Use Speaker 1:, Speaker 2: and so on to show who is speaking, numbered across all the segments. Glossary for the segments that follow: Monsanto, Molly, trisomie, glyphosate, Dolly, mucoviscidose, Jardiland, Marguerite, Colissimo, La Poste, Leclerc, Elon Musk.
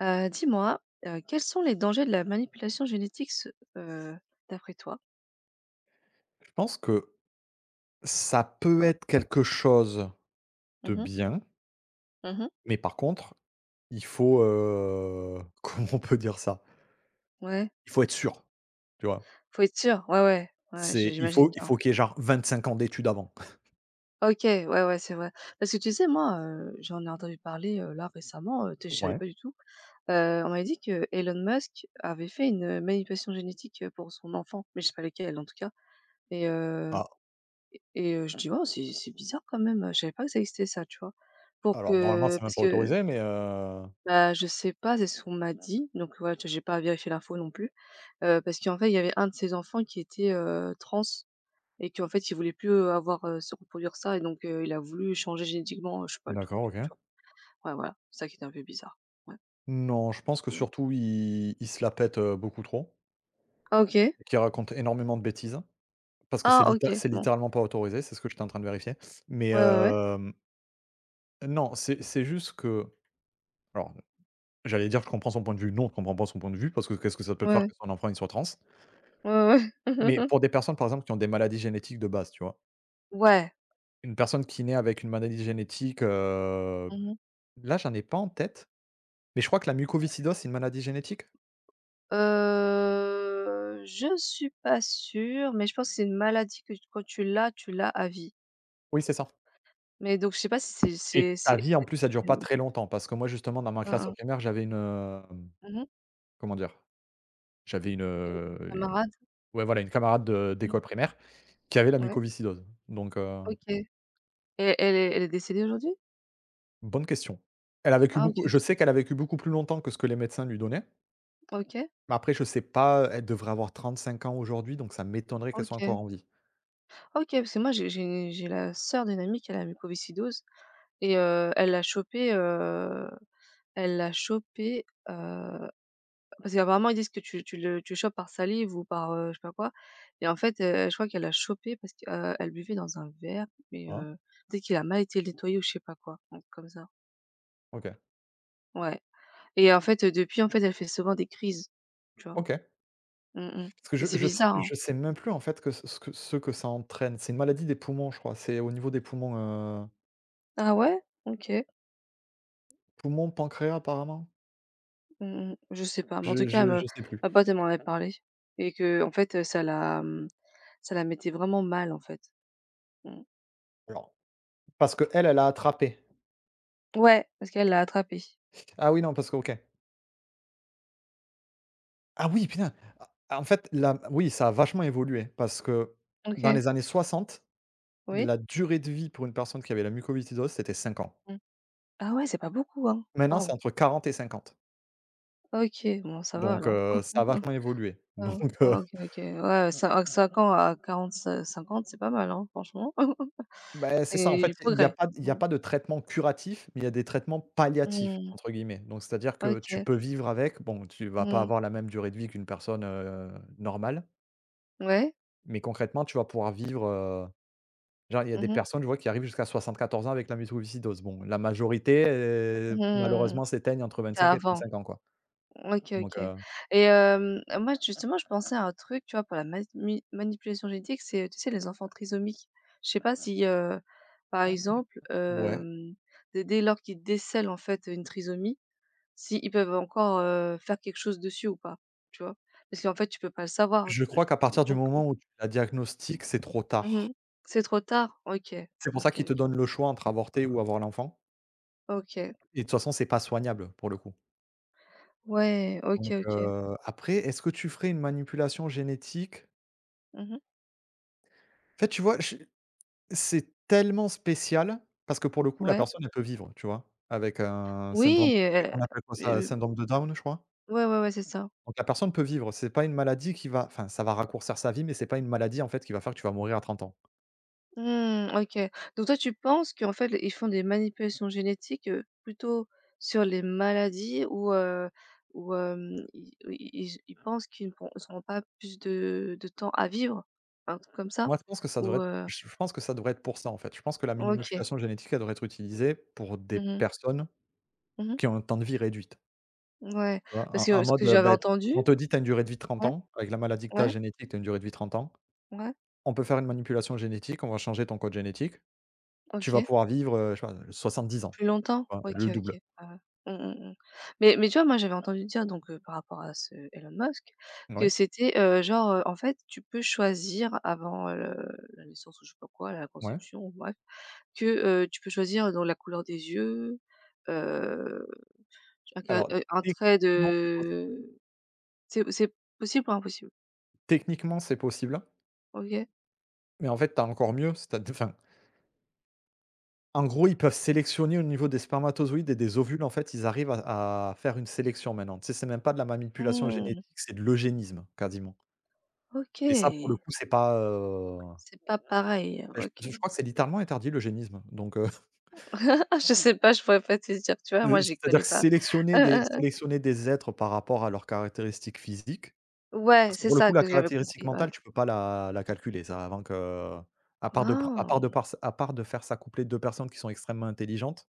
Speaker 1: Dis-moi, quels sont les dangers de la manipulation génétique se heu, d'après toi?
Speaker 2: Je pense que ça peut être quelque chose
Speaker 1: Mmh
Speaker 2: de
Speaker 1: mh.
Speaker 2: bien,
Speaker 1: Mmh.
Speaker 2: mais par contre, il faut, comment on peut dire ça?
Speaker 1: Ouais,
Speaker 2: Il faut être sûr, tu vois?
Speaker 1: faut être sûr. Ouais, ouais, ouais, j
Speaker 2: C'est
Speaker 1: j'imagine
Speaker 2: il
Speaker 1: bien.
Speaker 2: faut qu'il y ait genre 25 ans d'études avant.
Speaker 1: OK, ouais, ouais, c'est vrai. Parce que tu sais, moi, j'en ai entendu parler, là récemment, tu je savais
Speaker 2: Ouais.
Speaker 1: pas du tout. On m'a dit que Elon Musk avait fait une manipulation génétique, pour son enfant, mais je sais pas lequel en tout cas. et heu
Speaker 2: Ah,
Speaker 1: et et heu, je dis: «Oh, c'est bizarre quand même, je savais pas que ça existait ça», tu vois? Pour
Speaker 2: alors normalement,
Speaker 1: que
Speaker 2: c'est même
Speaker 1: parce
Speaker 2: pas
Speaker 1: que
Speaker 2: autorisé, mais
Speaker 1: Bah, je sais pas, c'est ce qu'on m'a dit, donc ouais, j'ai pas vérifié l'info non plus, parce qu'en fait, il y avait un de ses enfants qui était, trans et qu'en fait, il voulait plus, avoir, se reproduire ça et donc il a voulu changer génétiquement, je sais pas le truc,
Speaker 2: d'accord, OK.
Speaker 1: tu vois? Ouais, voilà, c'est ça qui était un peu bizarre. Ouais,
Speaker 2: Non, je pense que
Speaker 1: mmh.
Speaker 2: surtout, il ils se la pètent, beaucoup trop
Speaker 1: Ah, OK.
Speaker 2: et qu'ils racontent énormément de bêtises parce que
Speaker 1: Ah, OK,
Speaker 2: c'est
Speaker 1: bon.
Speaker 2: littéralement pas autorisé, c'est ce que j'étais en train de vérifier, mais
Speaker 1: Ouais, ouais, ouais.
Speaker 2: non, c'est juste que alors j'allais dire: «Je comprends son point de vue». Non, je comprends pas son point de vue parce que qu'est-ce que ça peut faire
Speaker 1: Ouais,
Speaker 2: que son enfant il soit trans?
Speaker 1: ouais. Ouais,
Speaker 2: Mais
Speaker 1: ouais.
Speaker 2: pour des personnes, par exemple, qui ont des maladies génétiques de base, tu vois?
Speaker 1: Ouais.
Speaker 2: Une personne qui naît avec une maladie génétique,
Speaker 1: Mmh mh.
Speaker 2: là, j'en ai pas en tête, mais je crois que la mucoviscidose, c'est une maladie génétique?
Speaker 1: Je suis pas sûre, mais je pense que c'est une maladie que quand tu l'as à vie.
Speaker 2: Oui, c'est ça,
Speaker 1: Mais donc je sais pas si
Speaker 2: et
Speaker 1: c'est
Speaker 2: ta vie, en plus, ça dure pas très longtemps parce que moi, justement, dans ma
Speaker 1: Mmh
Speaker 2: classe au
Speaker 1: mh.
Speaker 2: primaire, j'avais une,
Speaker 1: Mmh mh.
Speaker 2: comment dire? J'avais une,
Speaker 1: Une
Speaker 2: u
Speaker 1: camarade.
Speaker 2: ouais, voilà, une camarade de
Speaker 1: Mmh.
Speaker 2: d'école primaire qui avait la
Speaker 1: Ouais,
Speaker 2: mucoviscidose, donc.
Speaker 1: OK. Et elle est décédée aujourd'hui?
Speaker 2: Bonne question. Elle a vécu
Speaker 1: Ah, OK,
Speaker 2: beaucoup
Speaker 1: OK.
Speaker 2: je sais qu'elle a vécu beaucoup plus longtemps que ce que les médecins lui donnaient,
Speaker 1: OK,
Speaker 2: mais après je sais pas, elle devrait avoir 35 ans aujourd'hui, donc ça m'étonnerait qu'elle soit encore
Speaker 1: OK.
Speaker 2: en vie.
Speaker 1: OK, parce que moi j'ai la sœur d'une amie qui a la mucoviscidose et elle l'a chopée, elle l'a chopée, heu, parce qu'apparemment ils disent que tu le chopes par salive ou par, je sais pas quoi et en fait, je crois qu'elle l'a chopée parce que, elle buvait dans un verre, mais
Speaker 2: Ah,
Speaker 1: peut-être qu'il a mal été nettoyé ou je sais pas quoi, un truc comme ça.
Speaker 2: OK.
Speaker 1: Ouais et en fait, depuis, en fait, elle fait souvent des crises, tu vois?
Speaker 2: OK.
Speaker 1: Mmh mh.
Speaker 2: Parce que
Speaker 1: Mais
Speaker 2: je
Speaker 1: c'est
Speaker 2: je sais
Speaker 1: bizarre, hein?
Speaker 2: je sais même plus en fait que ce que ça entraîne. C'est une maladie des poumons, je crois. C'est au niveau des poumons, heu,
Speaker 1: Ah ouais? OK.
Speaker 2: poumons, pancréas apparemment?
Speaker 1: Mmh mh. Je sais pas, mais en tout
Speaker 2: Je
Speaker 1: cas, elle
Speaker 2: je
Speaker 1: me
Speaker 2: je sais plus.
Speaker 1: ma pote, elle m'en avait parlé et qu'en fait, ça la, ça la mettait vraiment mal, en fait. Mmh.
Speaker 2: Alors, parce que elle a attrapé.
Speaker 1: Ouais, parce qu'elle l'a attrapé.
Speaker 2: Ah oui, non, parce que OK. Ah oui, putain! A en fait, la oui, ça a vachement évolué parce que dans
Speaker 1: OK,
Speaker 2: les années 60,
Speaker 1: oui.
Speaker 2: la durée de vie pour une personne qui avait la mucoviscidose, c'était 5 ans.
Speaker 1: Mmh. Ah ouais, c'est pas beaucoup, hein?
Speaker 2: Maintenant, c'est
Speaker 1: Waouh!
Speaker 2: entre 40 et 50.
Speaker 1: OK, bon ça va
Speaker 2: Donc,
Speaker 1: alors.
Speaker 2: ça a vachement évolué.
Speaker 1: Ah
Speaker 2: Donc,
Speaker 1: ouais.
Speaker 2: heu,
Speaker 1: Ouais, OK, OK. Ouais, cin à 5 ans à 40-50, c'est pas mal, hein, franchement.
Speaker 2: bah, c'est ça,
Speaker 1: Il
Speaker 2: en
Speaker 1: y a
Speaker 2: fait,
Speaker 1: du
Speaker 2: il y a
Speaker 1: progrès.
Speaker 2: pas il y a
Speaker 1: Mmh.
Speaker 2: pas de traitement curatif, mais il y a des traitements «palliatifs»
Speaker 1: Mmh.
Speaker 2: entre guillemets. Donc, c'est-à-dire que tu
Speaker 1: OK.
Speaker 2: peux vivre avec. Bon, tu vas pas
Speaker 1: Mmh.
Speaker 2: avoir la même durée de vie qu'une personne, normale,
Speaker 1: Ouais.
Speaker 2: mais concrètement, tu vas pouvoir vivre, genre, il y a des
Speaker 1: Mmh mh.
Speaker 2: personnes, je vois, qui arrivent jusqu'à 74 ans avec la mucoviscidose. Bon, la majorité,
Speaker 1: Mmh.
Speaker 2: malheureusement, s'éteignent entre
Speaker 1: C'était
Speaker 2: 25 et
Speaker 1: avant.
Speaker 2: 35 ans, quoi.
Speaker 1: OK,
Speaker 2: Donc,
Speaker 1: OK. Et moi, justement, je pensais à un truc, tu vois, pour la manipulation génétique, c'est, tu sais, les enfants trisomiques. Je sais pas si, par exemple,
Speaker 2: ouais.
Speaker 1: dès lors qu'ils décèlent, en fait, une trisomie, si ils peuvent encore, faire quelque chose dessus ou pas, tu vois? Parce qu'en fait, tu peux pas le savoir,
Speaker 2: Je crois
Speaker 1: j
Speaker 2: qu'à partir du
Speaker 1: donc
Speaker 2: moment où tu la diagnostiques, c'est trop tard.
Speaker 1: mmh C'est trop tard? OK.
Speaker 2: C'est pour ça
Speaker 1: OK,
Speaker 2: qu'ils
Speaker 1: OK.
Speaker 2: te donnent le choix entre avorter ou avoir l'enfant,
Speaker 1: OK.
Speaker 2: et de toute façon, c'est pas soignable pour le coup.
Speaker 1: Ouais, OK,
Speaker 2: Donc,
Speaker 1: OK.
Speaker 2: après, est-ce que tu ferais une manipulation génétique?
Speaker 1: Mmh.
Speaker 2: En fait, tu vois, je c'est tellement spécial parce que pour le coup, la
Speaker 1: Ouais.
Speaker 2: personne, elle peut vivre, tu vois? Avec un syndrome,
Speaker 1: Oui,
Speaker 2: on appelle quoi ça?
Speaker 1: heu,
Speaker 2: Syndrome de Down, je crois?
Speaker 1: ouais, ouais, ouais, c'est ça.
Speaker 2: Donc la personne peut vivre. C'est pas une maladie qui va, enfin, ça va raccourcir sa vie, mais c'est pas une maladie, en fait, qui va faire que tu vas mourir à 30 ans.
Speaker 1: Mmh, OK. Donc toi, tu penses qu'en fait, ils font des manipulations génétiques, plutôt sur les maladies ou où, hem, i ils pensent qu'ils ne pourront ils auront pas plus de temps à vivre? Un truc comme ça?
Speaker 2: Moi, je pense que ça
Speaker 1: Ou,
Speaker 2: devrait être
Speaker 1: heu
Speaker 2: je pense que ça devrait être pour ça, en fait. Je pense que la mini
Speaker 1: OK.
Speaker 2: modulation génétique, elle devrait être utilisée pour des
Speaker 1: Mmh mh.
Speaker 2: personnes
Speaker 1: Mmh.
Speaker 2: qui ont un temps de vie réduite,
Speaker 1: Ouais,
Speaker 2: tu vois?
Speaker 1: parce
Speaker 2: En
Speaker 1: que
Speaker 2: en
Speaker 1: ce que
Speaker 2: mode,
Speaker 1: j'avais
Speaker 2: bah,
Speaker 1: entendu
Speaker 2: on te dit: «Tu as une durée de vie de 30
Speaker 1: ouais,
Speaker 2: ans. Avec la maladie que tu as
Speaker 1: ouais,
Speaker 2: génétique, tu as une durée de vie de 30 ans.
Speaker 1: ouais,
Speaker 2: On peut faire une manipulation génétique, on va changer ton code génétique. Tu vas
Speaker 1: OK.
Speaker 2: pouvoir vivre, je sais pas, 70 ans»,
Speaker 1: Plus longtemps?
Speaker 2: tu vois?
Speaker 1: OK,
Speaker 2: Le double.
Speaker 1: OK. Ah ouais. Mmh, mmh, mmh. Mais tu vois, moi, j'avais entendu dire donc, par rapport à ce Elon Musk, que
Speaker 2: Oui,
Speaker 1: c'était, en fait, tu peux choisir avant, le la naissance ou je sais pas quoi, la
Speaker 2: ouais.
Speaker 1: conception ou bref, que, tu peux choisir dans la couleur des yeux, heu,
Speaker 2: Alors
Speaker 1: un trait
Speaker 2: techniquement, c'est possible.
Speaker 1: de c'est possible ou impossible?
Speaker 2: Techniquement, c'est possible,
Speaker 1: OK.
Speaker 2: mais en fait, tu as encore mieux, c'est-à-dire, enfin, en gros, ils peuvent sélectionner au niveau des spermatozoïdes et des ovules, en fait, ils arrivent à faire une sélection maintenant. Tu sais, c'est même pas de la manipulation génétique,
Speaker 1: Mmh,
Speaker 2: c'est de l'eugénisme quasiment, et ça, pour le
Speaker 1: OK.
Speaker 2: coup, c'est pas,
Speaker 1: C'est pas pareil, hein,
Speaker 2: bah, je
Speaker 1: OK.
Speaker 2: je crois que c'est littéralement interdit, l'eugénisme, donc
Speaker 1: Je sais pas, je pourrais pas te dire, tu vois? Moi, j'y
Speaker 2: c'est-à-dire
Speaker 1: connais
Speaker 2: que
Speaker 1: pas.
Speaker 2: sélectionner des sélectionner des êtres par rapport à leurs caractéristiques physiques,
Speaker 1: Ouais,
Speaker 2: parce que
Speaker 1: c'est
Speaker 2: pour le coup,
Speaker 1: ça
Speaker 2: la
Speaker 1: que j'avais
Speaker 2: caractéristique
Speaker 1: compris, ouais.
Speaker 2: mentale, tu peux pas la calculer ça avant que, à part de pr à part de
Speaker 1: Oh!
Speaker 2: par à part de faire s'accoupler 2 personnes qui sont extrêmement intelligentes.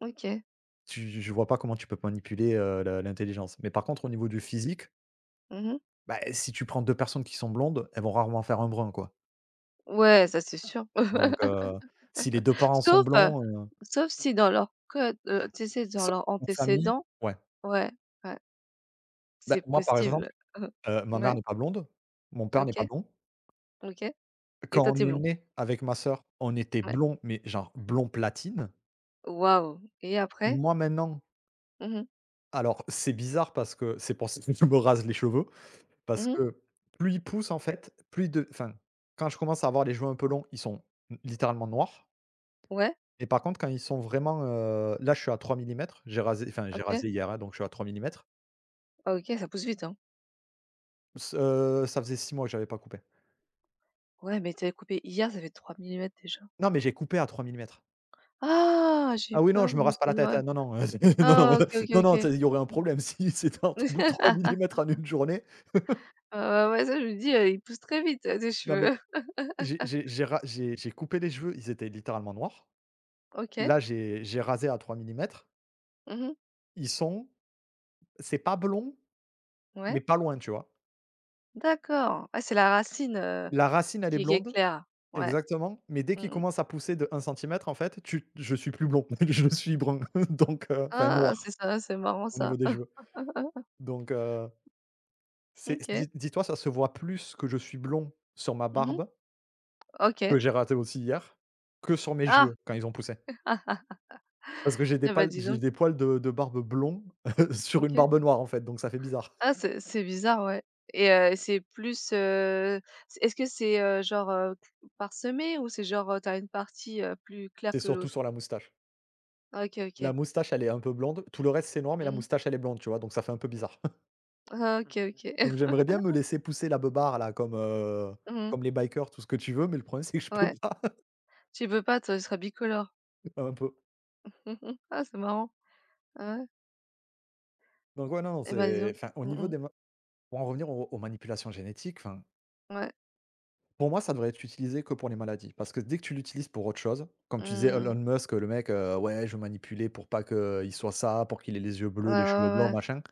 Speaker 1: OK.
Speaker 2: Tu je vois pas comment tu peux manipuler, la l'intelligence. Mais par contre, au niveau du physique,
Speaker 1: Mmh mh.
Speaker 2: bah, si tu prends 2 personnes qui sont blondes, elles vont rarement faire un brun, quoi.
Speaker 1: Ouais, ça c'est sûr.
Speaker 2: Donc, si les 2 parents sont
Speaker 1: Sauf,
Speaker 2: blancs,
Speaker 1: sauf si dans leur code, tu sais, dans
Speaker 2: sauf
Speaker 1: leurs
Speaker 2: en famille,
Speaker 1: antécédents
Speaker 2: ouais.
Speaker 1: ouais, ouais,
Speaker 2: Bah,
Speaker 1: c'est
Speaker 2: moi, par
Speaker 1: possible.
Speaker 2: exemple,
Speaker 1: Heu,
Speaker 2: ma mère
Speaker 1: ouais,
Speaker 2: n'est pas blonde, mon père n'est pas
Speaker 1: OK,
Speaker 2: blond.
Speaker 1: OK et
Speaker 2: Quand
Speaker 1: toi
Speaker 2: on
Speaker 1: tu es
Speaker 2: est
Speaker 1: blond?
Speaker 2: né avec ma sœur, on était
Speaker 1: Ouais.
Speaker 2: blond mais genre blond platine.
Speaker 1: Waouh et après?
Speaker 2: Moi, maintenant,
Speaker 1: Mmh mh.
Speaker 2: alors c'est bizarre parce que c'est pour ça que je me rase les cheveux.
Speaker 1: Mmh
Speaker 2: Parce
Speaker 1: mh.
Speaker 2: que plus ils poussent en fait, plus de enfin, quand je commence à avoir les cheveux un peu longs, ils sont littéralement noirs,
Speaker 1: Ouais,
Speaker 2: et par contre quand ils sont vraiment, là je suis à 3 mm, j'ai rasé enfin j'ai
Speaker 1: OK.
Speaker 2: rasé hier, hein, donc je suis à 3 mm.
Speaker 1: Ah, OK, ça pousse vite, hein.
Speaker 2: Ce ça faisait 6 mois que j'avais pas coupé.
Speaker 1: Ouais, mais tu avais coupé hier, ça fait 3 mm déjà.
Speaker 2: Non mais j'ai coupé à 3 mm.
Speaker 1: Ah! J'ai eu
Speaker 2: Ah oui non,
Speaker 1: peur,
Speaker 2: je
Speaker 1: je
Speaker 2: me
Speaker 1: me
Speaker 2: rase
Speaker 1: suis
Speaker 2: pas la
Speaker 1: dit:
Speaker 2: tête,
Speaker 1: «Ouais».
Speaker 2: hein, non, non, c'est non, non,
Speaker 1: Ah, OK, OK,
Speaker 2: non, non, tu
Speaker 1: OK.
Speaker 2: il y aurait un problème si c'était un bout de trois
Speaker 1: Mmh.
Speaker 2: millimètres en une journée.
Speaker 1: Heu, ouais, ouais, ça je me dis, ils poussent très vite, tes
Speaker 2: Non mais
Speaker 1: cheveux.
Speaker 2: j'ai ra j'ai coupé les cheveux, ils étaient littéralement noirs.
Speaker 1: OK.
Speaker 2: Là j'ai rasé à 3 mm.
Speaker 1: Mmh.
Speaker 2: Ils sont c'est pas blond. Mais
Speaker 1: Ouais.
Speaker 2: pas loin, tu vois?
Speaker 1: D'accord. Ah, c'est la racine,
Speaker 2: La racine, elle est
Speaker 1: qui est
Speaker 2: blonde,
Speaker 1: claire. Ouais.
Speaker 2: exactement, mais dès qu'il
Speaker 1: Mmh.
Speaker 2: commence à pousser de 1 cm, en fait, tu je suis plus blond, je suis brun, donc, enfin
Speaker 1: Ah, c'est
Speaker 2: noir
Speaker 1: ça, c'est marrant
Speaker 2: au
Speaker 1: ça.
Speaker 2: niveau des cheveux. Donc, c'est
Speaker 1: OK.
Speaker 2: dis dis-toi, ça se voit plus que je suis blond sur ma
Speaker 1: Mmh mh.
Speaker 2: barbe, que
Speaker 1: OK.
Speaker 2: j'ai raté aussi hier, que sur mes
Speaker 1: Ah!
Speaker 2: cheveux quand ils ont poussé.
Speaker 1: ah, ah.
Speaker 2: Parce que j'ai des
Speaker 1: Eh bah,
Speaker 2: pales
Speaker 1: dis
Speaker 2: j'ai
Speaker 1: donc.
Speaker 2: des poils de barbe blond sur une
Speaker 1: OK.
Speaker 2: barbe noire en fait, donc ça fait bizarre.
Speaker 1: Ah, c'est bizarre, ouais et c'est plus, c est-ce que c'est, parsemé ou c'est genre, tu une partie, plus claire
Speaker 2: C'est
Speaker 1: que
Speaker 2: surtout
Speaker 1: l'autre?
Speaker 2: sur la moustache.
Speaker 1: OK,
Speaker 2: La
Speaker 1: OK.
Speaker 2: moustache, elle est un peu blonde, tout le reste, c'est noir, mais la
Speaker 1: Mmh.
Speaker 2: moustache, elle est blonde, tu vois? Donc ça fait un peu bizarre.
Speaker 1: Ah, OK, OK.
Speaker 2: Donc j'aimerais bien me laisser pousser la beubare là, comme, heu,
Speaker 1: Mmh.
Speaker 2: comme les bikers, tout ce que tu veux, mais le problème c'est que je peux
Speaker 1: Ouais.
Speaker 2: pas,
Speaker 1: Tu peux pas toi, tu seras bicolore.
Speaker 2: un peu.
Speaker 1: Mmh mh. Ah, c'est marrant. Ah ouais?
Speaker 2: Donc ouais, non, non,
Speaker 1: Et ben dis
Speaker 2: c'est
Speaker 1: donc.
Speaker 2: enfin au
Speaker 1: Mmh
Speaker 2: niveau
Speaker 1: mh.
Speaker 2: des ma pour en revenir aux manipulations génétiques, enfin,
Speaker 1: Ouais.
Speaker 2: pour moi, ça devrait être utilisé que pour les maladies. Parce que dès que tu l'utilises pour autre chose, comme tu disais Elon
Speaker 1: Mmh.
Speaker 2: Musk, le mec, ouais, je veux manipuler pour pas qu'il soit ça, pour qu'il ait les yeux
Speaker 1: Ouais,
Speaker 2: bleus,
Speaker 1: ouais,
Speaker 2: les cheveux
Speaker 1: ouais,
Speaker 2: blancs,
Speaker 1: ouais.
Speaker 2: machin.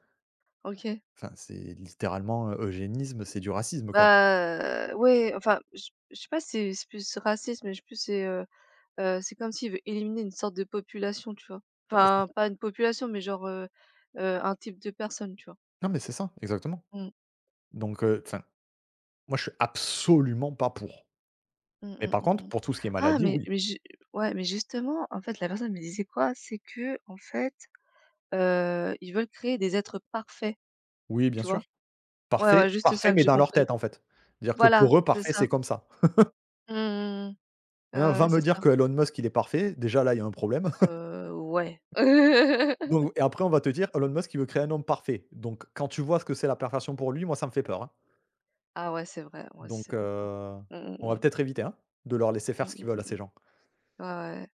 Speaker 1: OK.
Speaker 2: Enfin, c'est littéralement, eugénisme, c'est du racisme, quoi.
Speaker 1: Bah, ouais, enfin, je sais pas si c'est plus raciste, mais je sais plus c'est comme s'il veut éliminer une sorte de population, tu vois?
Speaker 2: Non, mais c'est
Speaker 1: Enfin,
Speaker 2: ça.
Speaker 1: pas une population, mais genre, un type de personne, tu vois?
Speaker 2: Non, mais c'est ça, exactement.
Speaker 1: Mmh.
Speaker 2: Donc, enfin, moi je suis absolument pas pour.
Speaker 1: Mmh,
Speaker 2: Mais
Speaker 1: mmh,
Speaker 2: par
Speaker 1: mmh,
Speaker 2: contre,
Speaker 1: mmh.
Speaker 2: pour tout ce qui est
Speaker 1: Ah,
Speaker 2: maladie, oui.
Speaker 1: mais ju ouais, mais justement, en fait, la personne me disait quoi? C'est qu'en fait, ils veulent créer des êtres parfaits,
Speaker 2: Oui, bien
Speaker 1: tu
Speaker 2: sûr.
Speaker 1: vois? Ouais,
Speaker 2: Parfait
Speaker 1: ouais, juste
Speaker 2: parfait,
Speaker 1: ça que
Speaker 2: mais
Speaker 1: j'ai
Speaker 2: dans leur
Speaker 1: compris.
Speaker 2: tête, en fait. C'est-à-dire que
Speaker 1: Voilà,
Speaker 2: pour eux,
Speaker 1: c'est
Speaker 2: parfait, c'est
Speaker 1: ça.
Speaker 2: comme ça.
Speaker 1: Mmh.
Speaker 2: Hein,
Speaker 1: Ah
Speaker 2: va
Speaker 1: ouais,
Speaker 2: me
Speaker 1: c'est
Speaker 2: dire
Speaker 1: ça.
Speaker 2: que Elon Musk, il est parfait, déjà là, il y a un problème.
Speaker 1: Ouais.
Speaker 2: Donc et après, on va te dire: «Elon Musk, il veut créer un homme parfait». Donc quand tu vois ce que c'est la perfection pour lui, moi, ça me fait peur, hein.
Speaker 1: Ah ouais, c'est vrai, moi aussi ça
Speaker 2: Donc,
Speaker 1: fait peur. Mmh
Speaker 2: on
Speaker 1: mh,
Speaker 2: va
Speaker 1: mmh.
Speaker 2: peut-être éviter, hein, de leur laisser faire
Speaker 1: Mmh
Speaker 2: ce
Speaker 1: mh,
Speaker 2: qu'ils veulent à
Speaker 1: mmh
Speaker 2: ces
Speaker 1: mmh.
Speaker 2: gens.
Speaker 1: Ouais, ouais.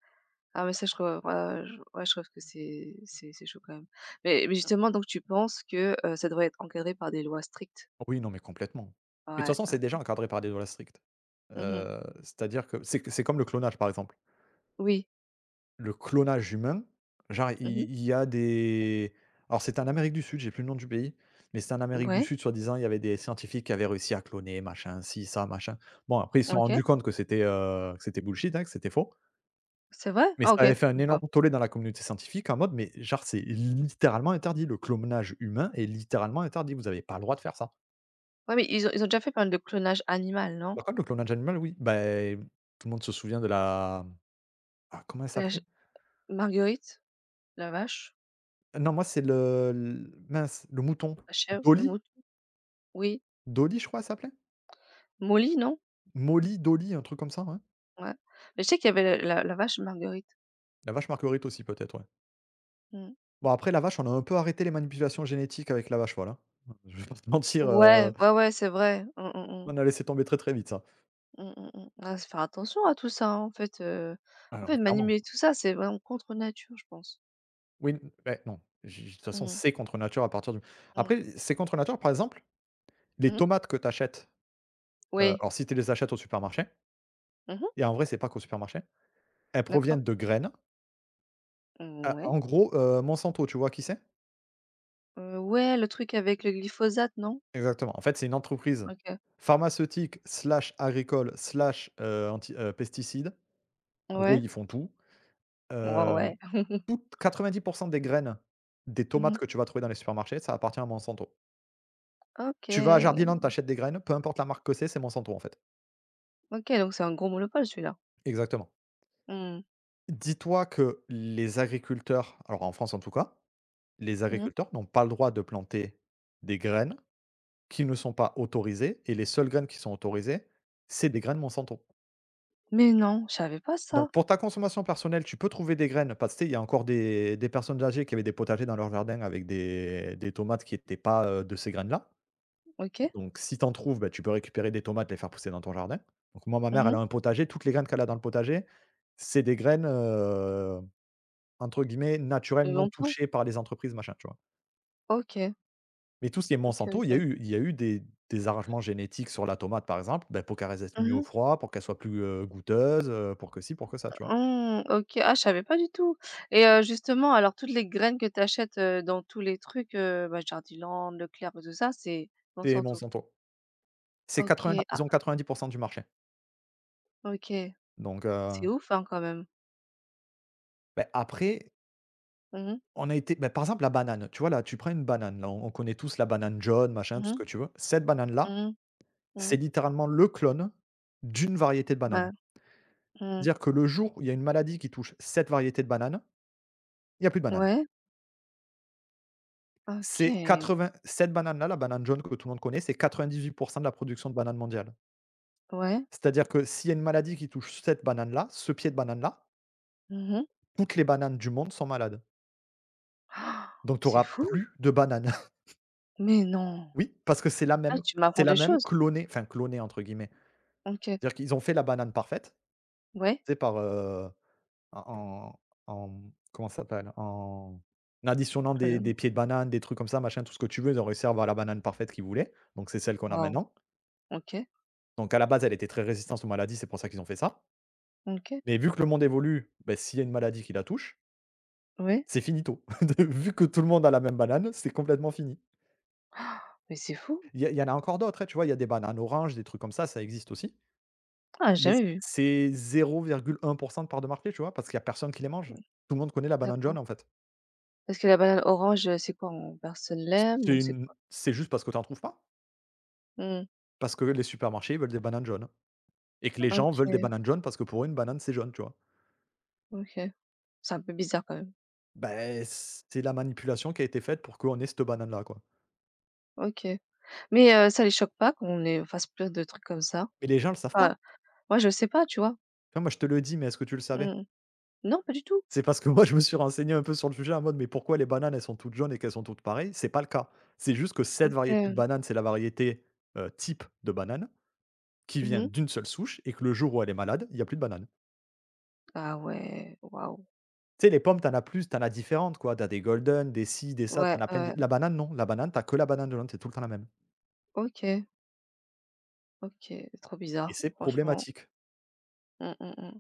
Speaker 1: Ah mais ça je trouve ouais, ouais, je trouve que c'est chaud quand même. Mais justement donc tu penses que, ça devrait être encadré par des lois strictes?
Speaker 2: Oui, non, mais complètement. Mais de
Speaker 1: Ouais,
Speaker 2: toute façon,
Speaker 1: ouais.
Speaker 2: c'est déjà encadré par des lois strictes.
Speaker 1: Mmh.
Speaker 2: C'est-à-dire que c'est comme le clonage, par exemple.
Speaker 1: Oui.
Speaker 2: Le clonage humain, genre
Speaker 1: Mmh.
Speaker 2: il y a des, alors c'était en Amérique du Sud, j'ai plus le nom du pays, mais c'était en Amérique du
Speaker 1: Ouais,
Speaker 2: Sud, soi-disant, il y avait des scientifiques qui avaient réussi à cloner machin, ci, ça, machin. Bon après ils se sont
Speaker 1: OK.
Speaker 2: rendus compte que c'était bullshit, hein, que c'était faux,
Speaker 1: C'est vrai?
Speaker 2: mais
Speaker 1: Ah
Speaker 2: ça
Speaker 1: OK,
Speaker 2: avait fait un
Speaker 1: d'accord.
Speaker 2: énorme tollé dans la communauté scientifique en mode mais genre c'est littéralement interdit, le clonage humain est littéralement interdit, vous avez pas le droit de faire ça.
Speaker 1: Ouais mais ils ont déjà fait pas mal de clonage animal, non?
Speaker 2: Par contre le clonage animal, oui, ben tout le monde se souvient de la, ah, comment elle
Speaker 1: La
Speaker 2: s'appelait?
Speaker 1: ch Marguerite, la vache,
Speaker 2: Non moi c'est le l mince, le mouton.
Speaker 1: la chèvre, le
Speaker 2: Dolly?
Speaker 1: mouton, oui.
Speaker 2: Dolly, je crois, elle s'appelait?
Speaker 1: Molly, non?
Speaker 2: Molly, Dolly, un truc comme ça, ouais.
Speaker 1: Ouais. Mais je sais qu'il y avait la vache Marguerite.
Speaker 2: La vache Marguerite aussi peut-être, ouais.
Speaker 1: Mmh.
Speaker 2: Bon après la vache, on a un peu arrêté les manipulations génétiques avec la vache, voilà. Je vais pas te mentir,
Speaker 1: Ouais, ouais, ouais, c'est vrai. Mmh, mmh, mh.
Speaker 2: on a laissé tomber très, très vite ça.
Speaker 1: Mmh, mmh, mh. Ah, se faire attention à tout ça, hein, en
Speaker 2: Alors,
Speaker 1: fait,
Speaker 2: clairement.
Speaker 1: manipuler tout ça, c'est vraiment contre nature, je pense.
Speaker 2: Oui, n beh, non, j de toute façon,
Speaker 1: Mmh,
Speaker 2: c'est contre nature à partir du
Speaker 1: mmh,
Speaker 2: après, c'est contre nature, par exemple, les
Speaker 1: mmh.
Speaker 2: tomates que tu achètes,
Speaker 1: Oui.
Speaker 2: alors si tu les achètes au supermarché,
Speaker 1: Mmh.
Speaker 2: et en vrai, c'est pas qu'au supermarché, elles
Speaker 1: D'accord.
Speaker 2: proviennent de graines,
Speaker 1: Ouais.
Speaker 2: en gros, Monsanto, tu vois qui c'est?
Speaker 1: Ouais, le truc avec le glyphosate, non?
Speaker 2: Exactement. En fait, c'est une entreprise
Speaker 1: OK.
Speaker 2: pharmaceutique slash agricole slash, anti pesticides. En gros,
Speaker 1: Ouais.
Speaker 2: ils font tout.
Speaker 1: Ouais,
Speaker 2: Hem,
Speaker 1: ouais.
Speaker 2: Toutes 90 des graines des tomates
Speaker 1: Mmh.
Speaker 2: que tu vas trouver dans les supermarchés, ça appartient à Monsanto. Tu vas à
Speaker 1: OK.
Speaker 2: Jardiland, t'achètes des graines, peu importe la marque que c'est Monsanto, en fait.
Speaker 1: OK, donc c'est un gros monopole celui-là.
Speaker 2: Exactement.
Speaker 1: Mmh.
Speaker 2: Dis-toi que les agriculteurs, alors en France en tout cas, les
Speaker 1: Mmh.
Speaker 2: agriculteurs n'ont pas le droit de planter des graines qui ne sont pas autorisées, et les seules graines qui sont autorisées, c'est des graines Monsanto.
Speaker 1: Mais non, je savais pas ça.
Speaker 2: Donc pour ta consommation personnelle, tu peux trouver des graines parce que, tu sais, il y a encore des personnes âgées qui avaient des potagers dans leur jardin avec des tomates qui n'étaient pas, de ces graines-là.
Speaker 1: OK.
Speaker 2: Donc si tu en trouves, bah, tu peux récupérer des tomates, les faire pousser dans ton jardin. Donc moi, ma mère, elle
Speaker 1: Mmh.
Speaker 2: a un potager, toutes les graines qu'elle a dans le potager, c'est des graines, entre guillemets
Speaker 1: De
Speaker 2: «naturelles», non
Speaker 1: longtemps?
Speaker 2: touchées par les entreprises, machin, tu vois?
Speaker 1: OK.
Speaker 2: Mais tout ce qui est
Speaker 1: OK,
Speaker 2: Monsanto, il y a
Speaker 1: OK.
Speaker 2: eu il y a eu des arrangements génétiques sur la tomate, par exemple, bah, pour qu'elle résiste mieux au
Speaker 1: Mmh.
Speaker 2: froid, pour qu'elle soit plus, goûteuse, pour que ci, pour que ça, tu vois?
Speaker 1: Mmh, OK. Ah, je savais pas du tout et justement, alors toutes les graines que tu achètes, dans tous les trucs, bah, Jardiland, Leclerc bah, tout ça, c'est
Speaker 2: C'est
Speaker 1: Monsanto?
Speaker 2: Monsanto. C'est 90,
Speaker 1: OK. Ah,
Speaker 2: ils ont 90 du marché.
Speaker 1: OK.
Speaker 2: Donc
Speaker 1: C'est ouf, hein, quand même.
Speaker 2: beh, après,
Speaker 1: Mmh mh.
Speaker 2: on a été, beh, par exemple, la banane, tu vois? Là, tu prends une banane, là, on connaît tous la banane jaune, machin, tout ce
Speaker 1: Mmh
Speaker 2: que tu veux. Cette banane-là,
Speaker 1: mh. Mmh mh.
Speaker 2: c'est littéralement le clone d'une variété de banane.
Speaker 1: Bah, mmh.
Speaker 2: C'est-à-dire que le jour où il y a une maladie qui touche cette variété de banane, il y a plus de banane.
Speaker 1: Ouais.
Speaker 2: C'est
Speaker 1: OK.
Speaker 2: 80, cette banane-là, la banane jaune que tout le monde connaît, c'est 98 de la production de bananes mondiale.
Speaker 1: Ouais.
Speaker 2: C'est-à-dire que s'il y a une maladie qui touche cette banane-là, ce pied de banane-là,
Speaker 1: Mmh mh.
Speaker 2: toutes les bananes du monde sont malades. Donc tu
Speaker 1: C'est
Speaker 2: auras
Speaker 1: fou!
Speaker 2: plus de bananes.
Speaker 1: Mais non?
Speaker 2: Oui, parce que c'est la
Speaker 1: Ah,
Speaker 2: même
Speaker 1: tu m'apprends
Speaker 2: c'est la
Speaker 1: des
Speaker 2: même
Speaker 1: choses.
Speaker 2: clonée, enfin «clonée» entre guillemets.
Speaker 1: OK.
Speaker 2: C'est-à-dire qu'ils ont fait la banane parfaite,
Speaker 1: Ouais.
Speaker 2: c'est par, en comment ça s'appelle? En additionnant
Speaker 1: Très
Speaker 2: des
Speaker 1: bien.
Speaker 2: des pieds de banane, des trucs comme ça, machin, tout ce que tu veux, ils ont réussi à avoir la banane parfaite qu'ils voulaient. Donc c'est celle qu'on a
Speaker 1: Waouh!
Speaker 2: maintenant.
Speaker 1: OK.
Speaker 2: Donc à la base, elle était très résistante aux maladies, c'est pour ça qu'ils ont fait ça.
Speaker 1: OK.
Speaker 2: Mais vu que le monde évolue, beh, s'il y a une maladie qui la touche,
Speaker 1: Ouais.
Speaker 2: c'est finito. De Vu que tout le monde a la même banane, c'est complètement fini.
Speaker 1: Mais c'est fou!
Speaker 2: Il y en a encore d'autres, hein, tu vois? Il y a des bananes oranges, des trucs comme ça existe aussi.
Speaker 1: Ah, j'ai
Speaker 2: Mais
Speaker 1: jamais vu.
Speaker 2: c'est 0,1% de part de marché, tu vois? Parce qu'il y a personne qui les mange.
Speaker 1: Mmh,
Speaker 2: Tout le monde connaît la banane jaune,
Speaker 1: d'accord.
Speaker 2: en fait.
Speaker 1: Parce que la banane orange, c'est quoi? On Personne l'aime ou c'est quoi?
Speaker 2: C'est juste parce que tu en trouves pas.
Speaker 1: Mmh.
Speaker 2: Parce que les supermarchés, ils veulent des bananes jaunes, et que les gens veulent des
Speaker 1: OK,
Speaker 2: bananes jaunes parce que pour eux, une banane, c'est jaune, tu vois?
Speaker 1: OK. C'est un peu bizarre quand même.
Speaker 2: Ben c'est la manipulation qui a été faite pour qu'on ait cette banane-là, quoi.
Speaker 1: OK. Mais ça les choque pas qu'on les fasse plein de trucs comme ça?
Speaker 2: Mais les gens le savent pas.
Speaker 1: Enfin, moi je sais pas, tu vois?
Speaker 2: Tu vois, moi, je te le dis, mais est-ce que tu le savais?
Speaker 1: Mmh. Non, pas du tout?
Speaker 2: C'est parce que moi, je me suis renseigné un peu sur le sujet en mode: «Mais pourquoi les bananes, elles sont toutes jaunes et qu'elles sont toutes pareilles?» C'est pas le cas. C'est juste que cette variété de
Speaker 1: OK.
Speaker 2: banane, c'est la variété, type de banane qui viennent
Speaker 1: Mmh.
Speaker 2: d'une seule souche, et que le jour où elle est malade, il y a plus de banane.
Speaker 1: Ah ouais, waouh.
Speaker 2: Tu sais, les pommes, t'en as plus, t'en as différentes, quoi. T'as des golden, des ci, des ça,
Speaker 1: Ouais,
Speaker 2: t'en as plein.
Speaker 1: ouais.
Speaker 2: La banane, non. La banane, t'as que la banane de l'Inde, c'est tout le temps la même.
Speaker 1: OK, OK. C'est trop
Speaker 2: Et
Speaker 1: bizarre,
Speaker 2: c'est
Speaker 1: franchement.
Speaker 2: problématique.
Speaker 1: Mmh, mmh mh.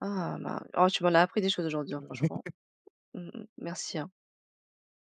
Speaker 1: Ah bah. Oh, tu m'en as appris des choses aujourd'hui, hein, franchement. Mmh mh. Merci, hein.